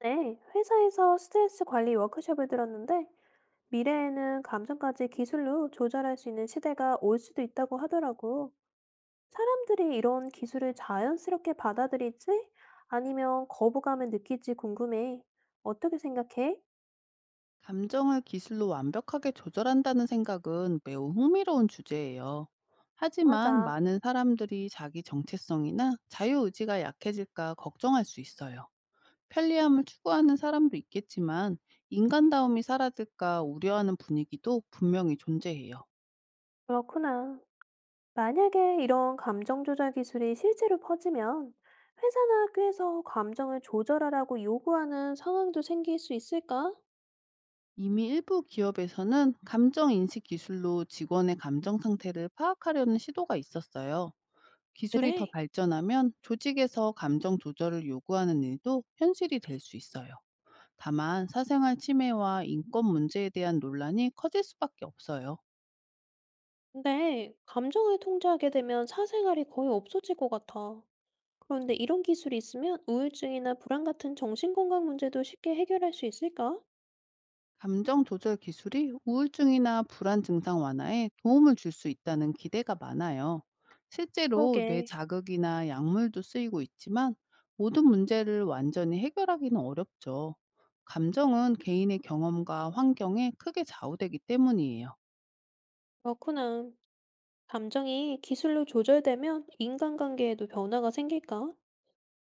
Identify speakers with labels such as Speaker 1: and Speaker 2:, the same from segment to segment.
Speaker 1: 네, 회사에서 스트레스 관리 워크숍을 들었는데 미래에는 감정까지 기술로 조절할 수 있는 시대가 올 수도 있다고 하더라고. 사람들이 이런 기술을 자연스럽게 받아들일지 아니면 거부감을 느낄지 궁금해. 어떻게 생각해?
Speaker 2: 감정을 기술로 완벽하게 조절한다는 생각은 매우 흥미로운 주제예요. 하지만
Speaker 1: 맞아.
Speaker 2: 많은 사람들이 자기 정체성이나 자유의지가 약해질까 걱정할 수 있어요. 편리함을 추구하는 사람도 있겠지만 인간다움이 사라질까 우려하는 분위기도 분명히 존재해요.
Speaker 1: 그렇구나. 만약에 이런 감정 조절 기술이 실제로 퍼지면 회사나 학교에서 감정을 조절하라고 요구하는 상황도 생길 수 있을까?
Speaker 2: 이미 일부 기업에서는 감정인식 기술로 직원의 감정 상태를 파악하려는 시도가 있었어요. 기술이 더
Speaker 1: 그래.
Speaker 2: 발전하면 조직에서 감정 조절을 요구하는 일도 현실이 될 수 있어요. 다만 사생활 침해와 인권 문제에 대한 논란이 커질 수밖에 없어요.
Speaker 1: 근데 감정을 통제하게 되면 사생활이 거의 없어질 것 같아. 그런데 이런 기술이 있으면 우울증이나 불안 같은 정신건강 문제도 쉽게 해결할 수 있을까?
Speaker 2: 감정 조절 기술이 우울증이나 불안 증상 완화에 도움을 줄 수 있다는 기대가 많아요. 실제로 뇌
Speaker 1: 그러게.
Speaker 2: 자극이나 약물도 쓰이고 있지만 모든 문제를 완전히 해결하기는 어렵죠. 감정은 개인의 경험과 환경에 크게 좌우되기 때문이에요.
Speaker 1: 그렇구나. 감정이 기술로 조절되면 인간관계에도 변화가 생길까?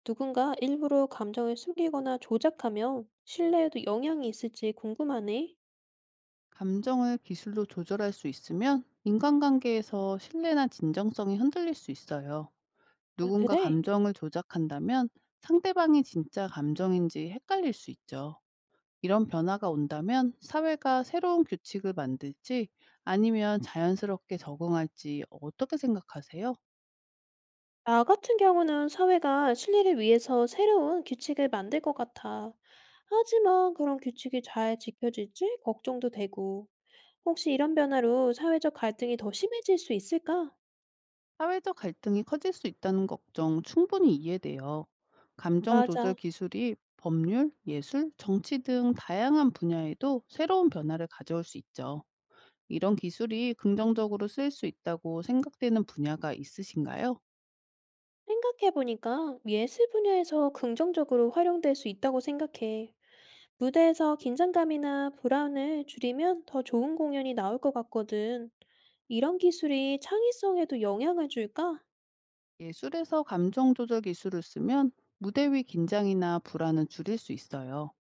Speaker 1: 누군가 일부러 감정을 숨기거나 조작하면 신뢰에도 영향이 있을지 궁금하네.
Speaker 2: 감정을 기술로 조절할 수 있으면 인간관계에서 신뢰나 진정성이 흔들릴 수 있어요.
Speaker 1: 아,
Speaker 2: 누군가
Speaker 1: 그래?
Speaker 2: 감정을 조작한다면 상대방이 진짜 감정인지 헷갈릴 수 있죠. 이런 변화가 온다면 사회가 새로운 규칙을 만들지, 아니면 자연스럽게 적응할지 어떻게 생각하세요?
Speaker 1: 나 같은 경우는 사회가 신뢰를 위해서 새로운 규칙을 만들 것 같아. 하지만 그런 규칙이 잘 지켜질지 걱정도 되고, 혹시 이런 변화로 사회적 갈등이 더 심해질 수 있을까?
Speaker 2: 사회적 갈등이 커질 수 있다는 걱정 충분히 이해돼요. 감정 조절
Speaker 1: 맞아.
Speaker 2: 기술이 법률, 예술, 정치 등 다양한 분야에도 새로운 변화를 가져올 수 있죠. 이런 기술이 긍정적으로 쓰일 수 있다고 생각되는 분야가 있으신가요?
Speaker 1: 생각해보니까 예술 분야에서 긍정적으로 활용될 수 있다고 생각해. 무대에서 긴장감이나 불안을 줄이면 더 좋은 공연이 나올 것 같거든. 이런 기술이 창의성에도 영향을 줄까?
Speaker 2: 예술에서 감정 조절 기술을 쓰면 무대 위 긴장이나 불안은 줄일 수 있어요.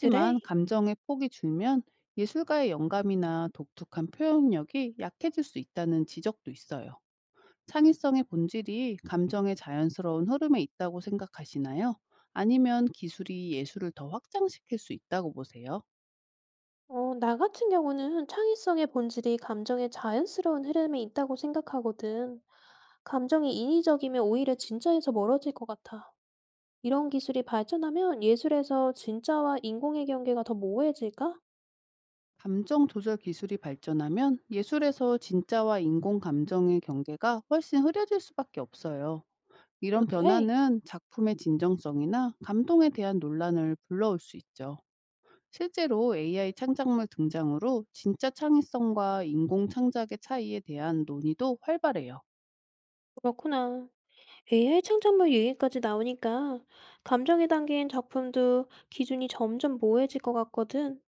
Speaker 1: 그래,
Speaker 2: 감정의 폭이 줄면 예술가의 영감이나 독특한 표현력이 약해질 수 있다는 지적도 있어요. 창의성의 본질이 감정의 자연스러운 흐름에 있다고 생각하시나요? 아니면 기술이 예술을 더 확장시킬 수 있다고 보세요?
Speaker 1: 어, 나 같은 경우는 창의성의 본질이 감정의 자연스러운 흐름에 있다고 생각하거든. 감정이 인위적이면 오히려 진짜에서 멀어질 것 같아. 이런 기술이 발전하면 예술에서 진짜와 인공의 경계가 더 모호해질까?
Speaker 2: 감정 조절 기술이 발전하면 예술에서 진짜와 인공 감정의 경계가 훨씬 흐려질 수밖에 없어요.
Speaker 1: 아,
Speaker 2: 이런
Speaker 1: 그래?
Speaker 2: 변화는 작품의 진정성이나 감동에 대한 논란을 불러올 수 있죠. 실제로 AI 창작물 등장으로 진짜 창의성과 인공 창작의 차이에 대한 논의도 활발해요.
Speaker 1: 그렇구나. AI 창작물 얘기까지 나오니까 감정에 담긴 작품도 기준이 점점 모호해질 것 같거든.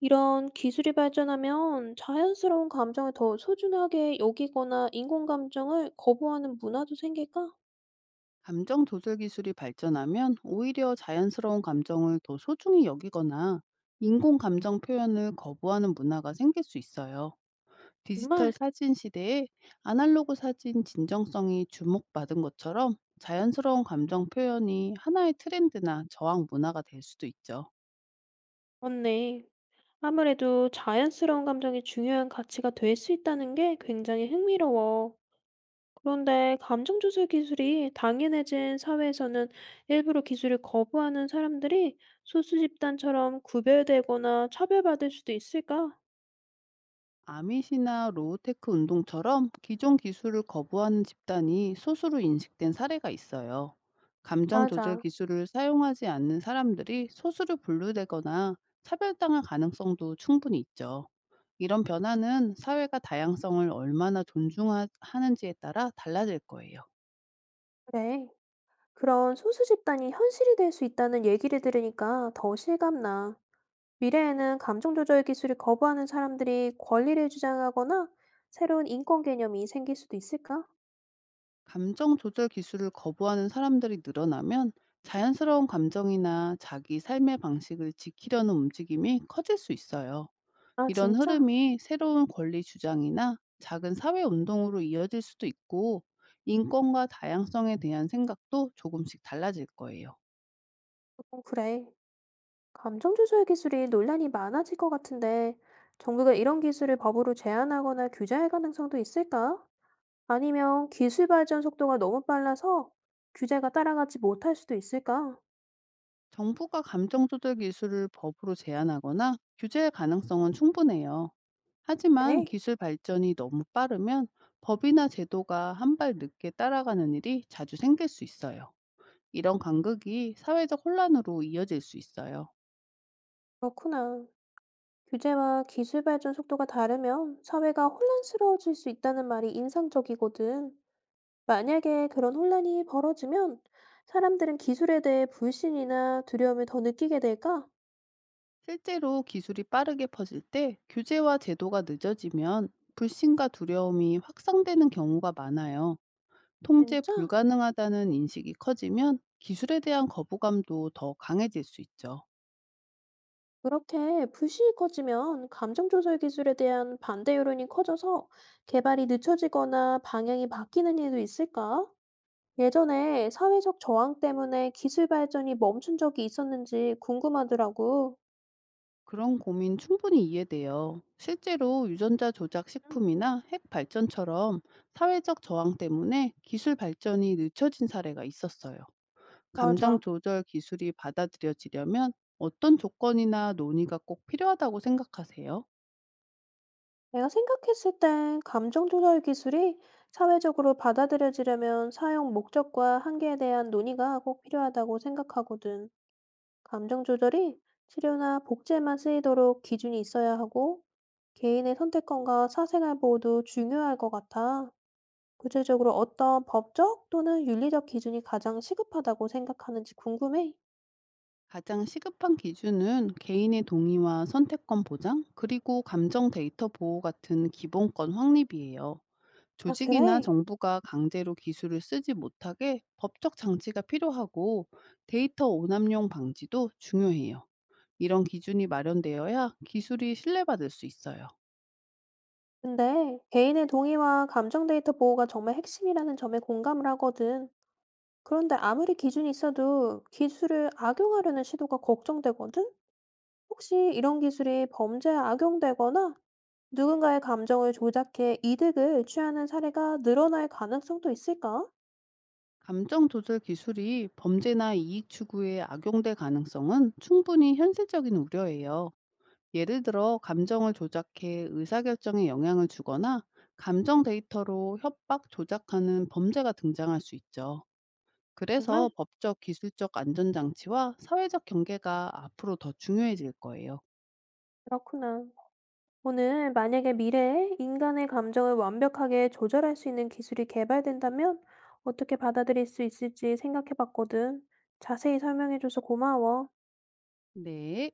Speaker 1: 이런 기술이 발전하면 자연스러운 감정을 더 소중하게 여기거나 인공 감정을 거부하는 문화도 생길까?
Speaker 2: 감정 조절 기술이 발전하면 오히려 자연스러운 감정을 더 소중히 여기거나 인공 감정 표현을 거부하는 문화가 생길 수 있어요. 디지털
Speaker 1: 정말
Speaker 2: 사진 시대에 아날로그 사진 진정성이 주목받은 것처럼 자연스러운 감정 표현이 하나의 트렌드나 저항 문화가 될 수도 있죠.
Speaker 1: 맞네. 아무래도 자연스러운 감정이 중요한 가치가 될 수 있다는 게 굉장히 흥미로워. 그런데 감정 조절 기술이 당연해진 사회에서는 일부러 기술을 거부하는 사람들이 소수 집단처럼 구별되거나 차별받을 수도 있을까?
Speaker 2: 아밋이나 로우테크 운동처럼 기존 기술을 거부하는 집단이 소수로 인식된 사례가 있어요. 감정 조절
Speaker 1: 맞아.
Speaker 2: 기술을 사용하지 않는 사람들이 소수로 분류되거나 차별당할 가능성도 충분히 있죠. 이런 변화는 사회가 다양성을 얼마나 존중하는지에 따라 달라질 거예요.
Speaker 1: 그래. 그런 소수 집단이 현실이 될 수 있다는 얘기를 들으니까 더 실감나. 미래에는 감정 조절 기술을 거부하는 사람들이 권리를 주장하거나 새로운 인권 개념이 생길 수도 있을까?
Speaker 2: 감정 조절 기술을 거부하는 사람들이 늘어나면 자연스러운 감정이나 자기 삶의 방식을 지키려는 움직임이 커질 수 있어요.
Speaker 1: 아,
Speaker 2: 이런
Speaker 1: 진짜?
Speaker 2: 흐름이 새로운 권리 주장이나 작은 사회 운동으로 이어질 수도 있고, 인권과 다양성에 대한 생각도 조금씩 달라질 거예요.
Speaker 1: 그건 그래. 감정 조절 기술이 논란이 많아질 것 같은데, 정부가 이런 기술을 법으로 제한하거나 규제할 가능성도 있을까? 아니면 기술 발전 속도가 너무 빨라서 규제가 따라가지 못할 수도 있을까?
Speaker 2: 정부가 감정조절 기술을 법으로 제한하거나 규제할 가능성은 충분해요. 하지만
Speaker 1: 네,
Speaker 2: 기술 발전이 너무 빠르면 법이나 제도가 한 발 늦게 따라가는 일이 자주 생길 수 있어요. 이런 간극이 사회적 혼란으로 이어질 수 있어요.
Speaker 1: 그렇구나. 규제와 기술 발전 속도가 다르면 사회가 혼란스러워질 수 있다는 말이 인상적이거든. 만약에 그런 혼란이 벌어지면 사람들은 기술에 대해 불신이나 두려움을 더 느끼게 될까?
Speaker 2: 실제로 기술이 빠르게 퍼질 때 규제와 제도가 늦어지면 불신과 두려움이 확산되는 경우가 많아요. 통제
Speaker 1: 진짜?
Speaker 2: 불가능하다는 인식이 커지면 기술에 대한 거부감도 더 강해질 수 있죠.
Speaker 1: 그렇게 불신이 커지면 감정조절 기술에 대한 반대 여론이 커져서 개발이 늦춰지거나 방향이 바뀌는 일도 있을까? 예전에 사회적 저항 때문에 기술 발전이 멈춘 적이 있었는지 궁금하더라고.
Speaker 2: 그런 고민 충분히 이해돼요. 실제로 유전자 조작
Speaker 1: 응,
Speaker 2: 식품이나 핵 발전처럼 사회적 저항 때문에 기술 발전이 늦춰진 사례가 있었어요. 감정
Speaker 1: 맞아.
Speaker 2: 조절 기술이 받아들여지려면 어떤 조건이나 논의가 꼭 필요하다고 생각하세요?
Speaker 1: 내가 생각했을 땐 감정 조절 기술이 사회적으로 받아들여지려면 사용 목적과 한계에 대한 논의가 꼭 필요하다고 생각하거든. 감정 조절이 치료나 복제만 쓰이도록 기준이 있어야 하고, 개인의 선택권과 사생활 보호도 중요할 것 같아. 구체적으로 어떤 법적 또는 윤리적 기준이 가장 시급하다고 생각하는지 궁금해.
Speaker 2: 가장 시급한 기준은 개인의 동의와 선택권 보장, 그리고 감정 데이터 보호 같은 기본권 확립이에요.
Speaker 1: 아,
Speaker 2: 조직이나
Speaker 1: 그래?
Speaker 2: 정부가 강제로 기술을 쓰지 못하게 법적 장치가 필요하고, 데이터 오남용 방지도 중요해요. 이런 기준이 마련되어야 기술이 신뢰받을 수 있어요.
Speaker 1: 근데 개인의 동의와 감정 데이터 보호가 정말 핵심이라는 점에 공감을 하거든. 그런데 아무리 기준이 있어도 기술을 악용하려는 시도가 걱정되거든? 혹시 이런 기술이 범죄에 악용되거나 누군가의 감정을 조작해 이득을 취하는 사례가 늘어날 가능성도 있을까?
Speaker 2: 감정 조절 기술이 범죄나 이익 추구에 악용될 가능성은 충분히 현실적인 우려예요. 예를 들어 감정을 조작해 의사결정에 영향을 주거나 감정 데이터로 협박, 조작하는 범죄가 등장할 수 있죠. 그래서
Speaker 1: 정말?
Speaker 2: 법적, 기술적 안전장치와 사회적 경계가 앞으로 더 중요해질 거예요.
Speaker 1: 그렇구나. 오늘 만약에 미래에 인간의 감정을 완벽하게 조절할 수 있는 기술이 개발된다면 어떻게 받아들일 수 있을지 생각해 봤거든. 자세히 설명해줘서 고마워.
Speaker 2: 네.